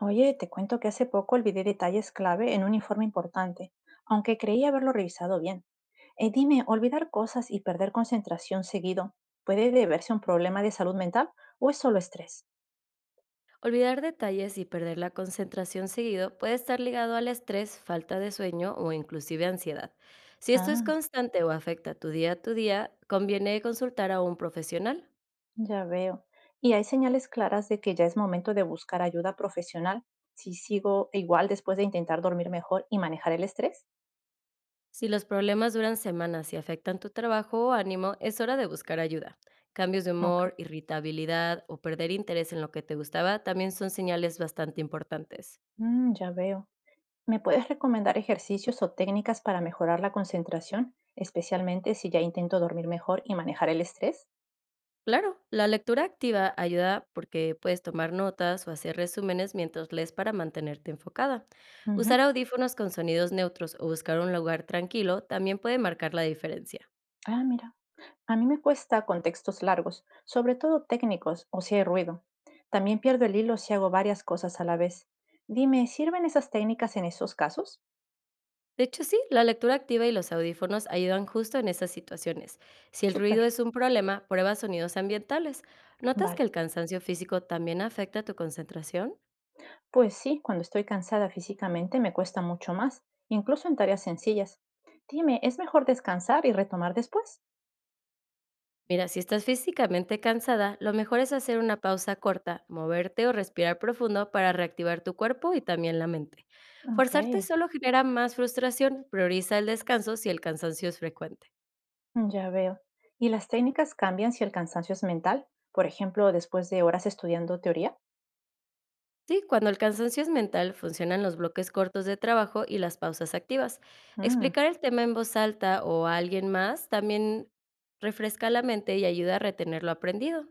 Oye, te cuento que hace poco olvidé detalles clave en un informe importante, aunque creí haberlo revisado bien. Dime, ¿olvidar cosas y perder concentración seguido puede deberse a un problema de salud mental o es solo estrés? Olvidar detalles y perder la concentración seguido puede estar ligado al estrés, falta de sueño o inclusive ansiedad. Si esto es Ah, constante o afecta tu día a tu día, conviene consultar a un profesional. ya veo. ¿Y hay señales claras de que ya es momento de buscar ayuda profesional si sigo igual después de intentar dormir mejor y manejar el estrés? Si los problemas duran semanas y afectan tu trabajo o ánimo, es hora de buscar ayuda. Cambios de Ok, humor, irritabilidad o perder interés en lo que te gustaba también son señales bastante importantes. Ya veo. ¿Me puedes recomendar ejercicios o técnicas para mejorar la concentración, especialmente si ya intento dormir mejor y manejar el estrés? Claro, la lectura activa ayuda porque puedes tomar notas o hacer resúmenes mientras lees para mantenerte enfocada. Usar Ujú. audífonos con sonidos neutros o buscar un lugar tranquilo también puede marcar la diferencia. Ah, mira. A mí me cuesta con textos largos, sobre todo técnicos o si hay ruido. También pierdo el hilo si hago varias cosas a la vez. Dime, ¿sirven esas técnicas en esos casos? De hecho, sí, la lectura activa y los audífonos ayudan justo en esas situaciones. Si el Súper. ruido es un problema, prueba sonidos ambientales. ¿Notas que Vale. el cansancio físico también afecta tu concentración? Pues sí, cuando estoy cansada físicamente me cuesta mucho más, incluso en tareas sencillas. Dime, ¿es mejor descansar y retomar después? Mira, si estás físicamente cansada, lo mejor es hacer una pausa corta, moverte o respirar profundo para reactivar tu cuerpo y también la mente. Ok. Forzarte solo genera más frustración, prioriza el descanso si el cansancio es frecuente. Ya veo. ¿Y las técnicas cambian si el cansancio es mental? Por ejemplo, después de horas estudiando teoría. Sí, cuando el cansancio es mental, funcionan los bloques cortos de trabajo y las pausas activas. Mm, Explicar el tema en voz alta o a alguien más también refresca la mente y ayuda a retener lo aprendido.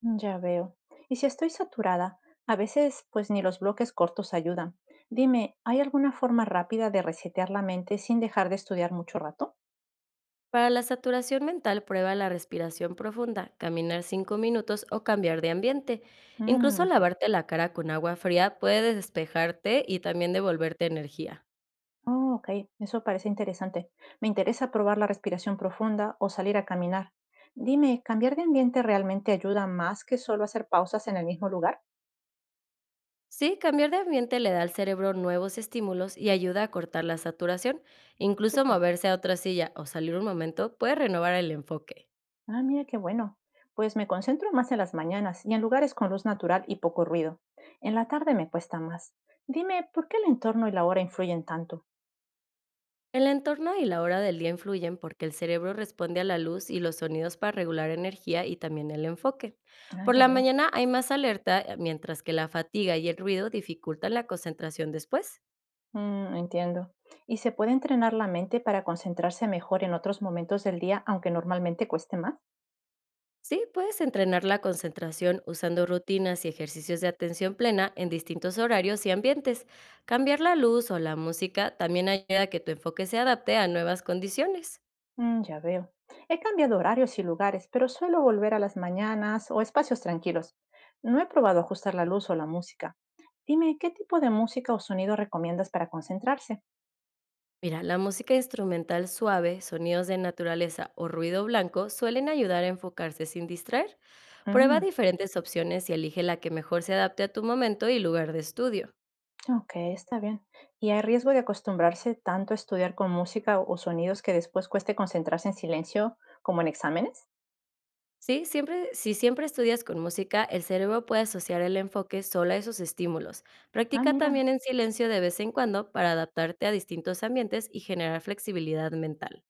ya veo. ¿Y si estoy saturada? A veces, pues ni los bloques cortos ayudan. Dime, ¿hay alguna forma rápida de resetear la mente sin dejar de estudiar mucho rato? Para la saturación mental, prueba la respiración profunda, caminar 5 minutos o cambiar de ambiente. Mm, Incluso ok. lavarte la cara con agua fría puede despejarte y también devolverte energía. Oh, ok, eso parece interesante. Me interesa probar la respiración profunda o salir a caminar. Dime, ¿cambiar de ambiente realmente ayuda más que solo hacer pausas en el mismo lugar? Sí, cambiar de ambiente le da al cerebro nuevos estímulos y ayuda a cortar la saturación. Incluso Súper. moverse a otra silla o salir un momento puede renovar el enfoque. Ah, mira qué bueno. Pues me concentro más en las mañanas y en lugares con luz natural y poco ruido. En la tarde me cuesta más. Dime, ¿por qué el entorno y la hora influyen tanto? El entorno y la hora del día influyen porque el cerebro responde a la luz y los sonidos para regular energía y también el enfoque. Ah, Por ya la veo. mañana hay más alerta, mientras que la fatiga y el ruido dificultan la concentración después. Entiendo. ¿Y se puede entrenar la mente para concentrarse mejor en otros momentos del día, aunque normalmente cueste más? Sí, puedes entrenar la concentración usando rutinas y ejercicios de atención plena en distintos horarios y ambientes. Cambiar la luz o la música también ayuda a que tu enfoque se adapte a nuevas condiciones. Ya veo. He cambiado horarios y lugares, pero suelo volver a las mañanas o espacios tranquilos. No he probado ajustar la luz o la música. Dime, ¿qué tipo de música o sonido recomiendas para concentrarse? Mira, la música instrumental suave, sonidos de naturaleza o ruido blanco suelen ayudar a enfocarse sin distraer. Prueba Mm. diferentes opciones y elige la que mejor se adapte a tu momento y lugar de estudio. Ok, está bien. ¿Y hay riesgo de acostumbrarse tanto a estudiar con música o sonidos que después cueste concentrarse en silencio como en exámenes? Sí, siempre, si siempre estudias con música, el cerebro puede asociar el enfoque solo a esos estímulos. Ah, Practica mira. también en silencio de vez en cuando para adaptarte a distintos ambientes y generar flexibilidad mental.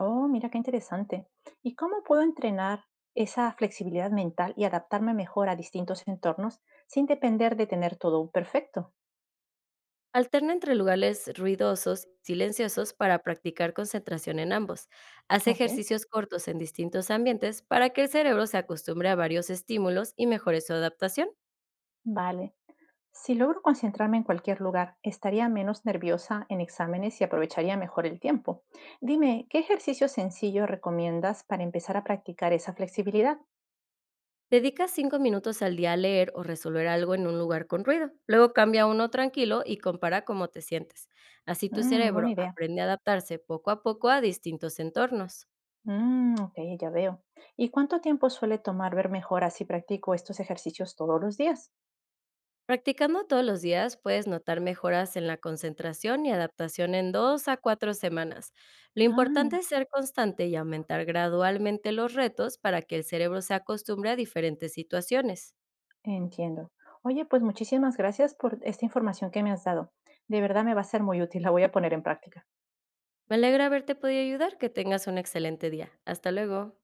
Oh, mira qué interesante. ¿Y cómo puedo entrenar esa flexibilidad mental y adaptarme mejor a distintos entornos sin depender de tener todo perfecto? Alterna entre lugares ruidosos y silenciosos para practicar concentración en ambos. Haz Ok, ejercicios cortos en distintos ambientes para que el cerebro se acostumbre a varios estímulos y mejore su adaptación. vale. Si logro concentrarme en cualquier lugar, estaría menos nerviosa en exámenes y aprovecharía mejor el tiempo. Dime, ¿qué ejercicio sencillo recomiendas para empezar a practicar esa flexibilidad? Dedica 5 minutos al día a leer o resolver algo en un lugar con ruido. Luego cambia a uno tranquilo y compara cómo te sientes. Así tu Buena cerebro idea. aprende a adaptarse poco a poco a distintos entornos. Mm, ok, ya veo. ¿Y cuánto tiempo suele tomar ver mejoras si practico estos ejercicios todos los días? Practicando todos los días puedes notar mejoras en la concentración y adaptación en 2 a 4 semanas. Lo Ah, importante mira, es ser constante y aumentar gradualmente los retos para que el cerebro se acostumbre a diferentes situaciones. entiendo. Oye, pues muchísimas gracias por esta información que me has dado. De verdad me va a ser muy útil, la voy a poner en práctica. Me alegra haberte podido ayudar, que tengas un excelente día. Hasta luego.